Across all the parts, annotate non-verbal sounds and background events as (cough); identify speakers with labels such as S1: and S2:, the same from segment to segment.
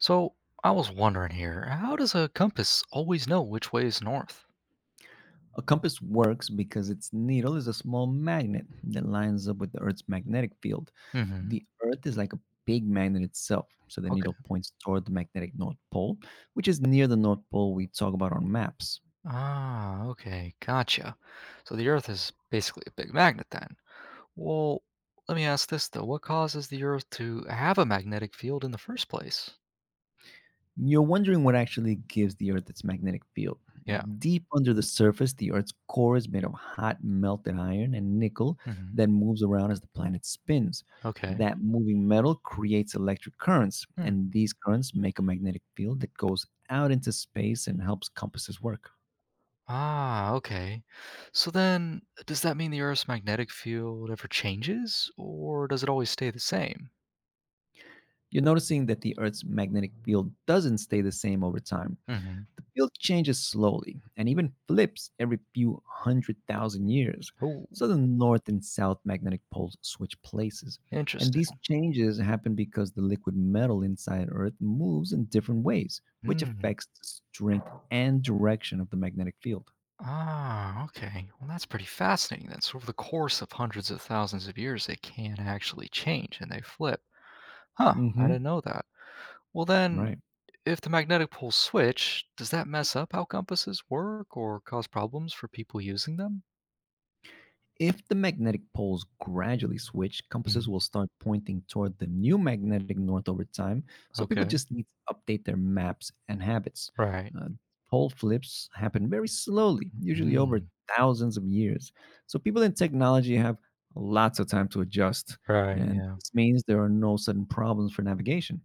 S1: So I was wondering here, how does a compass always know which way is north?
S2: A compass works because its needle is a small magnet that lines up with the Earth's magnetic field.
S1: Mm-hmm.
S2: The Earth is like a big magnet itself, so the
S1: Okay.
S2: needle points toward the magnetic North Pole, which is near the North Pole we talk about on maps.
S1: Ah, okay, gotcha. So the Earth is basically a big magnet then. Well, let me ask this though. What causes the Earth to have a magnetic field in the first place?
S2: You're wondering what actually gives the Earth its magnetic field.
S1: Yeah.
S2: Deep under the surface, the Earth's core is made of hot, melted iron and nickel
S1: Mm-hmm.
S2: that moves around as the planet spins.
S1: Okay.
S2: That moving metal creates electric currents,
S1: Hmm.
S2: and these currents make a magnetic field that goes out into space and helps compasses work.
S1: Ah, okay. So then, does that mean the Earth's magnetic field ever changes, or does it always stay the same?
S2: You're noticing that the Earth's magnetic field doesn't stay the same over time.
S1: Mm-hmm.
S2: The field changes slowly and even flips every few hundred thousand years.
S1: Oh,
S2: So the north and south magnetic poles switch places. And these
S1: interesting.
S2: changes happen because the liquid metal inside Earth moves in different ways, which
S1: Hmm.
S2: affects the strength and direction of the magnetic field.
S1: Ah, okay. Well, that's pretty fascinating then. So, over the course of hundreds of thousands of years, they can actually change and they flip. Huh, I
S2: Hmm.
S1: didn't know that. Well, then,
S2: Right.
S1: if the magnetic poles switch, does that mess up how compasses work or cause problems for people using them?
S2: If the magnetic poles gradually switch, compasses
S1: Mm,
S2: will start pointing toward the new magnetic north over time, so people
S1: okay.
S2: just need to update their maps and habits.
S1: Right.
S2: Uh, Pole flips happen very slowly, usually over
S1: Mm,
S2: thousands of years. So people in technology have lots of time to adjust,
S1: right.
S2: and
S1: Yeah.
S2: this means there are no sudden problems for navigation.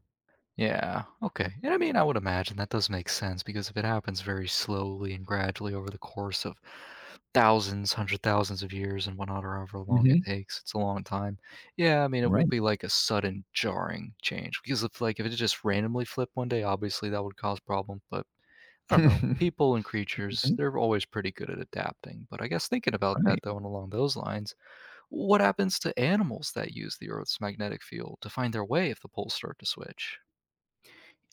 S1: Yeah. Okay. And I mean, I would imagine that does make sense because if it happens very slowly and gradually over the course of thousands, hundred thousands of years and whatnot, or however long it
S2: Hmm.
S1: takes, it's a long time. Yeah. I mean, it won't
S2: Right.
S1: be like a sudden jarring change because if like if it just randomly flipped one day, obviously that would cause problem. But I don't know.
S2: (laughs)
S1: People and creatures,
S2: Mhm.
S1: they're always pretty good at adapting. But I guess thinking about
S2: Right.
S1: that though, and along those lines, what happens to animals that use the Earth's magnetic field to find their way if the poles start to switch?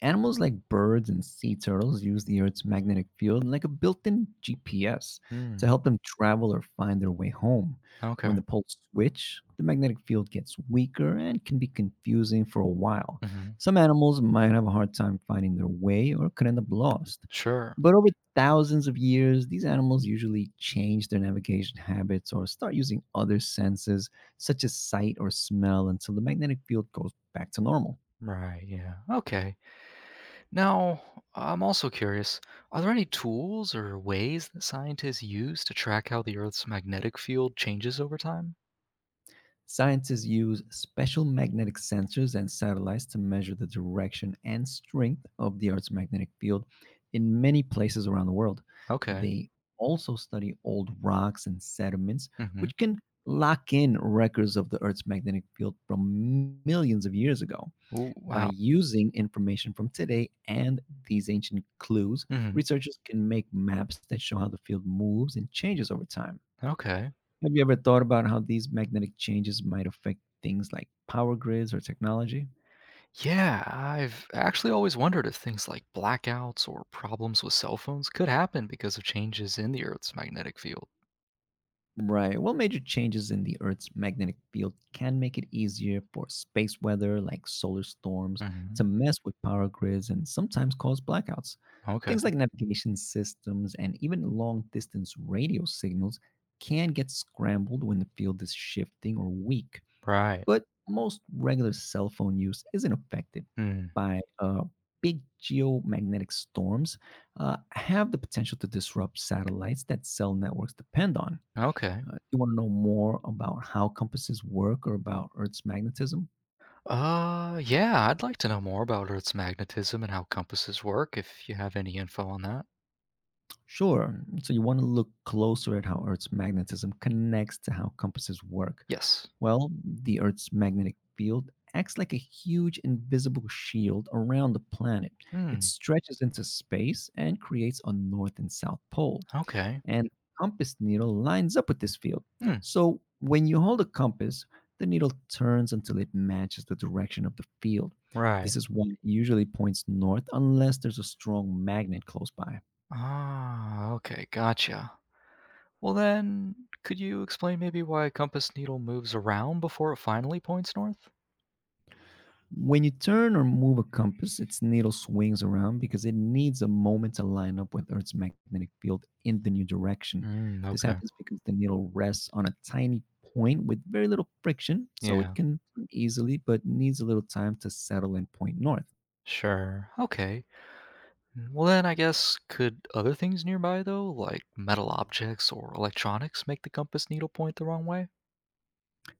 S2: Animals like birds and sea turtles use the Earth's magnetic field like a built in GPS to
S1: Hmm.
S2: help them travel or find their way home. When
S1: Okay.
S2: the poles switch, the magnetic field gets weaker and can be confusing for a while.
S1: Mhm.
S2: Some animals might have a hard time finding their way or could end up lost.
S1: Sure.
S2: But over thousands of years, these animals usually change their navigation habits or start using other senses, such as sight or smell, until the magnetic field goes back to normal.
S1: Right, yeah. Okay. Now, I'm also curious, are there any tools or ways that scientists use to track how the Earth's magnetic field changes over time?
S2: Scientists use special magnetic sensors and satellites to measure the direction and strength of the Earth's magnetic field in many places around the world.
S1: Okay.
S2: They also study old rocks and sediments,
S1: Mhm.
S2: which can lock in records of the Earth's magnetic field from millions of years ago.
S1: Ooh,
S2: By
S1: wow.
S2: using information from today and these ancient clues,
S1: Mhm.
S2: researchers can make maps that show how the field moves and changes over time.
S1: Okay.
S2: Have you ever thought about how these magnetic changes might affect things like power grids or technology?
S1: Yeah, I've actually always wondered if things like blackouts or problems with cell phones could happen because of changes in the Earth's magnetic field.
S2: Right. Well, major changes in the Earth's magnetic field can make it easier for space weather, like solar storms,
S1: Mhm.
S2: to mess with power grids and sometimes cause blackouts.
S1: Okay.
S2: Things like navigation systems and even long distance radio signals can get scrambled when the field is shifting or weak.
S1: Right.
S2: But most regular cell phone use isn't affected
S1: Hmm.
S2: by big geomagnetic storms have the potential to disrupt satellites that cell networks depend on.
S1: Okay.
S2: You want to know more about how compasses work or about Earth's magnetism?
S1: Yeah, I'd like to know more about Earth's magnetism and how compasses work, if you have any info on that.
S2: Sure. So you want to look closer at how Earth's magnetism connects to how compasses work.
S1: Yes.
S2: Well, the Earth's magnetic field acts like a huge invisible shield around the planet. It
S1: Hmm,
S2: stretches into space and creates a north and south pole.
S1: okay.
S2: And compass needle lines up with this field.
S1: Hmm,
S2: So when you hold a compass, the needle turns until it matches the direction of the field.
S1: right.
S2: This is why it usually points north unless there's a strong magnet close by.
S1: Ah, okay, gotcha. Well, then, could you explain maybe why a compass needle moves around before it finally points north?
S2: When you turn or move a compass, its needle swings around because it needs a moment to line up with Earth's magnetic field in the new direction.
S1: Hmm,
S2: This
S1: okay.
S2: happens because the needle rests on a tiny point with very little friction, so it
S1: Yeah,
S2: can turn easily but needs a little time to settle and point north.
S1: sure. Okay. Mm. Well, then, I guess, could other things nearby, though, like metal objects or electronics, make the compass needle point the wrong way?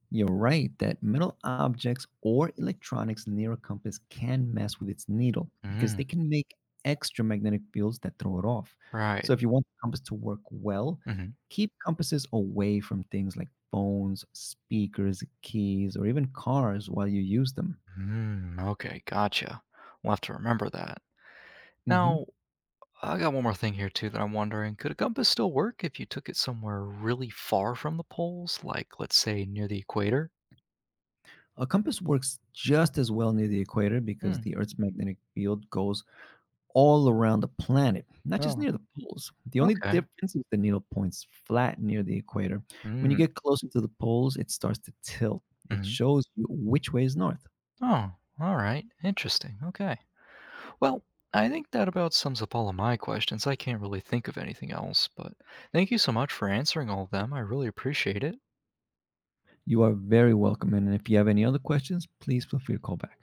S2: You're right that metal objects or electronics near a compass can mess with its needle because
S1: Hmm,
S2: they can make extra magnetic fields that throw it off.
S1: right.
S2: So, if you want the compass to work well,
S1: Hmm.
S2: keep compasses away from things like phones, speakers, keys, or even cars while you use them.
S1: Hmm. Okay, gotcha. We'll have to remember that.
S2: Mhm.
S1: Now, I got one more thing here too that I'm wondering: could a compass still work if you took it somewhere really far from the poles, like let's say near the equator?
S2: A compass works just as well near the equator because
S1: Hmm.
S2: the Earth's magnetic field goes all around the planet, not just
S1: Oh.
S2: near the poles. The only
S1: Okay.
S2: difference is the needle points flat near the equator. When you
S1: Hmm.
S2: get closer to the poles, it starts to tilt. It
S1: Hmm.
S2: shows you which way is north.
S1: Oh. All right. Interesting. Okay. Well, I think that about sums up all of my questions. I can't really think of anything else, but thank you so much for answering all of them. I really appreciate it.
S2: You are very welcome. And if you have any other questions, please feel free to call back.